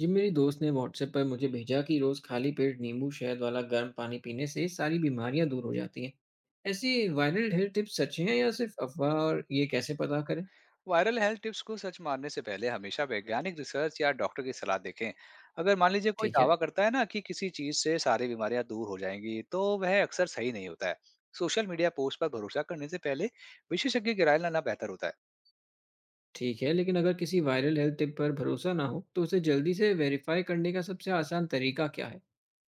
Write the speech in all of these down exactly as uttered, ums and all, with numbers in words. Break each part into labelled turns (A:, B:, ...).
A: जी, मेरी दोस्त ने व्हाट्सएप पर मुझे भेजा कि रोज खाली पेट नींबू शहद वाला गर्म पानी पीने से सारी बीमारियां दूर हो जाती हैं। ऐसी वायरल हेल्थ टिप्स सच हैं या सिर्फ अफवाह, और ये कैसे पता करें?
B: वायरल हेल्थ टिप्स को सच मानने से पहले हमेशा वैज्ञानिक रिसर्च या डॉक्टर की सलाह देखें। अगर मान लीजिए कोई
A: ठीक है।
B: दावा करता है ना कि किसी चीज से सारी बीमारियां दूर हो जाएंगी तो वह अक्सर सही नहीं होता है। सोशल मीडिया पोस्ट पर भरोसा करने से पहले विशेषज्ञ की राय लेना बेहतर होता है।
A: ठीक है, लेकिन अगर किसी वायरल हेल्थ टिप पर भरोसा ना हो तो उसे जल्दी से वेरीफाई करने का सबसे आसान तरीका क्या है?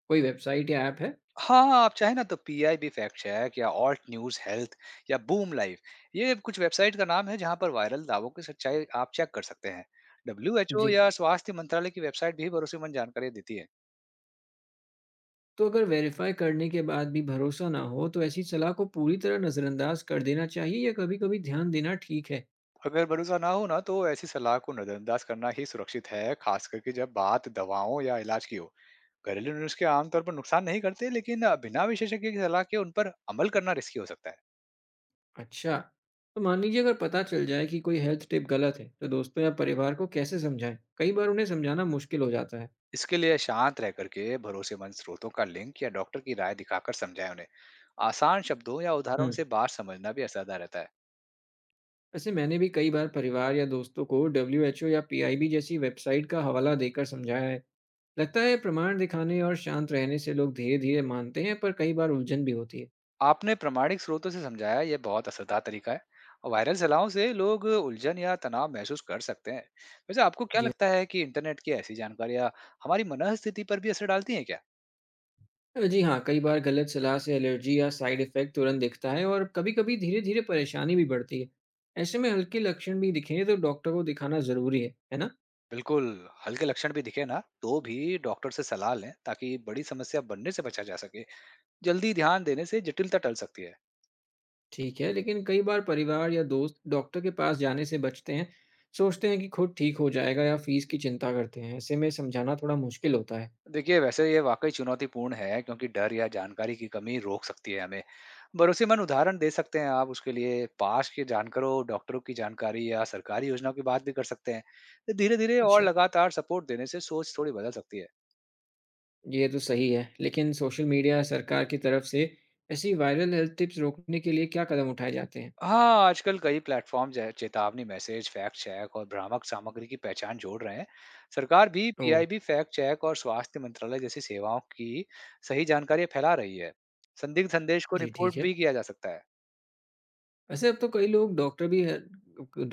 A: कोई वेबसाइट या ऐप है?
B: हाँ, आप चाहे ना तो P I B fact check या ऑल्ट न्यूज हेल्थ या बूम लाइफ, ये कुछ वेबसाइट का नाम है जहां पर वायरल दावों की सच्चाई आप चेक कर सकते हैं। डब्ल्यू एच ओ
A: जी।
B: या स्वास्थ्य मंत्रालय की वेबसाइट भी भरोसेमंद जानकारी देती है।
A: तो अगर वेरीफाई करने के बाद भी भरोसा ना हो तो ऐसी सलाह को पूरी तरह नज़रअंदाज कर देना चाहिए या कभी कभी ध्यान देना ठीक है?
B: अगर भरोसा ना हो ना तो ऐसी सलाह को नजरअंदाज करना ही सुरक्षित है, खास करके जब बात दवाओं या इलाज की हो। घरेलू नुस्खे आमतौर पर नुकसान नहीं करते, लेकिन बिना विशेषज्ञ की सलाह के उन पर अमल करना रिस्की हो सकता है।
A: अच्छा, तो मान लीजिए अगर पता चल जाए कि कोई हेल्थ टिप गलत है, तो दोस्तों या परिवार को कैसे समझाएं? कई बार उन्हें समझाना मुश्किल हो जाता है।
B: इसके लिए शांत रह करके भरोसेमंद स्रोतों का लिंक या डॉक्टर की राय दिखाकर समझाएं उन्हें। आसान शब्दों या उदाहरण
A: हुँ।
B: से बात समझना भी असरदार रहता है।
A: वैसे मैंने भी कई बार परिवार या दोस्तों को डब्ल्यू एच ओ या पी आई बी जैसी वेबसाइट का हवाला देकर समझाया है। लगता है प्रमाण दिखाने और शांत रहने से लोग धीरे-धीरे मानते हैं, पर कई बार उलझन भी होती है।
B: आपने प्रमाणिक स्रोतों से समझाया, यह बहुत असरदार तरीका है। और वायरल सलाहों से लोग उलझन या तनाव महसूस कर सकते हैं। वैसे आपको क्या
A: जी हाँ।
B: लगता है कि इंटरनेट की ऐसी जानकारियाँ हमारी मनःस्थिति पर भी असर डालती हैं क्या?
A: अ, जी हाँ, कई बार गलत सलाह से एलर्जी या साइड इफ़ेक्ट तुरंत दिखता है और कभी-कभी धीरे-धीरे परेशानी भी बढ़ती है। ऐसे में हल्के लक्षण भी दिखें तो डॉक्टर को दिखाना ज़रूरी है, है ना?
B: बिल्कुल। हल्के लक्षण भी दिखे ना तो भी डॉक्टर से सलाह लें ताकि बड़ी समस्या बनने से बचा जा सके। जल्दी ध्यान देने से जटिलता टल सकती है।
A: ठीक है, लेकिन कई बार परिवार या दोस्त डॉक्टर के पास जाने से बचते हैं, सोचते हैं कि खुद ठीक हो जाएगा या फीस की चिंता करते हैं। ऐसे में समझाना थोड़ा मुश्किल होता है।
B: देखिए, वैसे ये वाक़ई चुनौतीपूर्ण है क्योंकि डर या जानकारी की कमी रोक सकती है हमें। भरोसेमंद उदाहरण दे सकते हैं आप उसके लिए, पास के जानकारों, डॉक्टरों की जानकारी या सरकारी योजनाओं की बात भी कर सकते हैं। तो धीरे-धीरे और
A: अच्छा।
B: लगातार सपोर्ट देने से सोच थोड़ी बदल सकती है।
A: ये तो सही है, लेकिन सोशल मीडिया या सरकार की तरफ से ऐसी वायरल हेल्थ टिप्स रोकने के लिए क्या कदम उठाए जाते हैं?
B: हाँ, आजकल कई प्लेटफ़ॉर्म जो है चेतावनी मैसेज, फैक्ट चेक और भ्रामक सामग्री की पहचान जोड़ रहे हैं। सरकार भी
A: oh,
B: P I B fact check और स्वास्थ्य मंत्रालय जैसी सेवाओं की सही जानकारी फैला रही है। संदिग्ध संदेश को
A: जी
B: रिपोर्ट
A: ठीक है।
B: भी किया जा सकता है।
A: वैसे अब तो कई लोग डॉक्टर भी है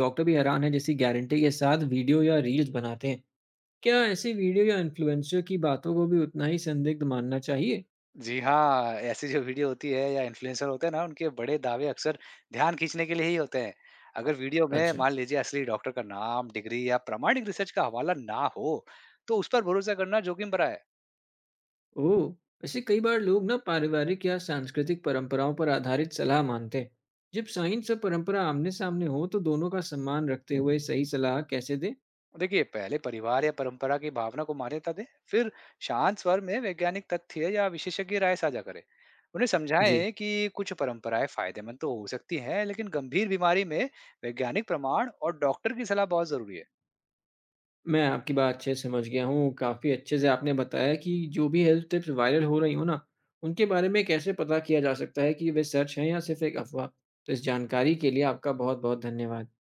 A: डॉक्टर भी हैरान हैं जैसी गारंटी के साथ वीडियो या रील्स बनाते हैं। क्या ऐसी वीडियो या इन्फ्लुएंसर की बातों को भी उतना ही संदिग्ध मानना चाहिए?
B: जी हाँ, ऐसी जो वीडियो होती है या इन्फ्लुएंसर होते हैं ना, उनके बड़े दावे अक्सर ध्यान खींचने के लिए ही होते हैं। अगर वीडियो में
A: अच्छा।
B: मान लीजिए असली डॉक्टर का नाम, डिग्री या प्रामाणिक रिसर्च का हवाला ना हो, तो उस पर भरोसा करना जोखिम भरा है।
A: ओह! वैसे कई बार लोग ना पारिवारिक या सांस्कृतिक परंपराओं पर आधारित सलाह मानते हैं। जब साइंस और परंपरा आमने-सामने हो तो दोनों का सम्मान रखते हुए सही सलाह कैसे दें?
B: देखिए, पहले परिवार या परंपरा की भावना को मान्यता दें, फिर शांत स्वर में वैज्ञानिक तथ्य या विशेषज्ञ राय साझा करें। उन्हें
A: जी,
B: समझाएं कि कुछ परंपराएं फायदेमंद तो हो सकती हैं, लेकिन गंभीर बीमारी में वैज्ञानिक प्रमाण और डॉक्टर की सलाह बहुत ज़रूरी है।
A: मैं आपकी बात अच्छे से समझ गया हूँ। काफ़ी अच्छे से आपने बताया कि जो भी हेल्थ टिप्स वायरल हो रही हो ना, उनके बारे में कैसे पता किया जा सकता है कि वे सच हैं या सिर्फ एक अफ़वाह। तो इस जानकारी के लिए आपका बहुत-बहुत धन्यवाद।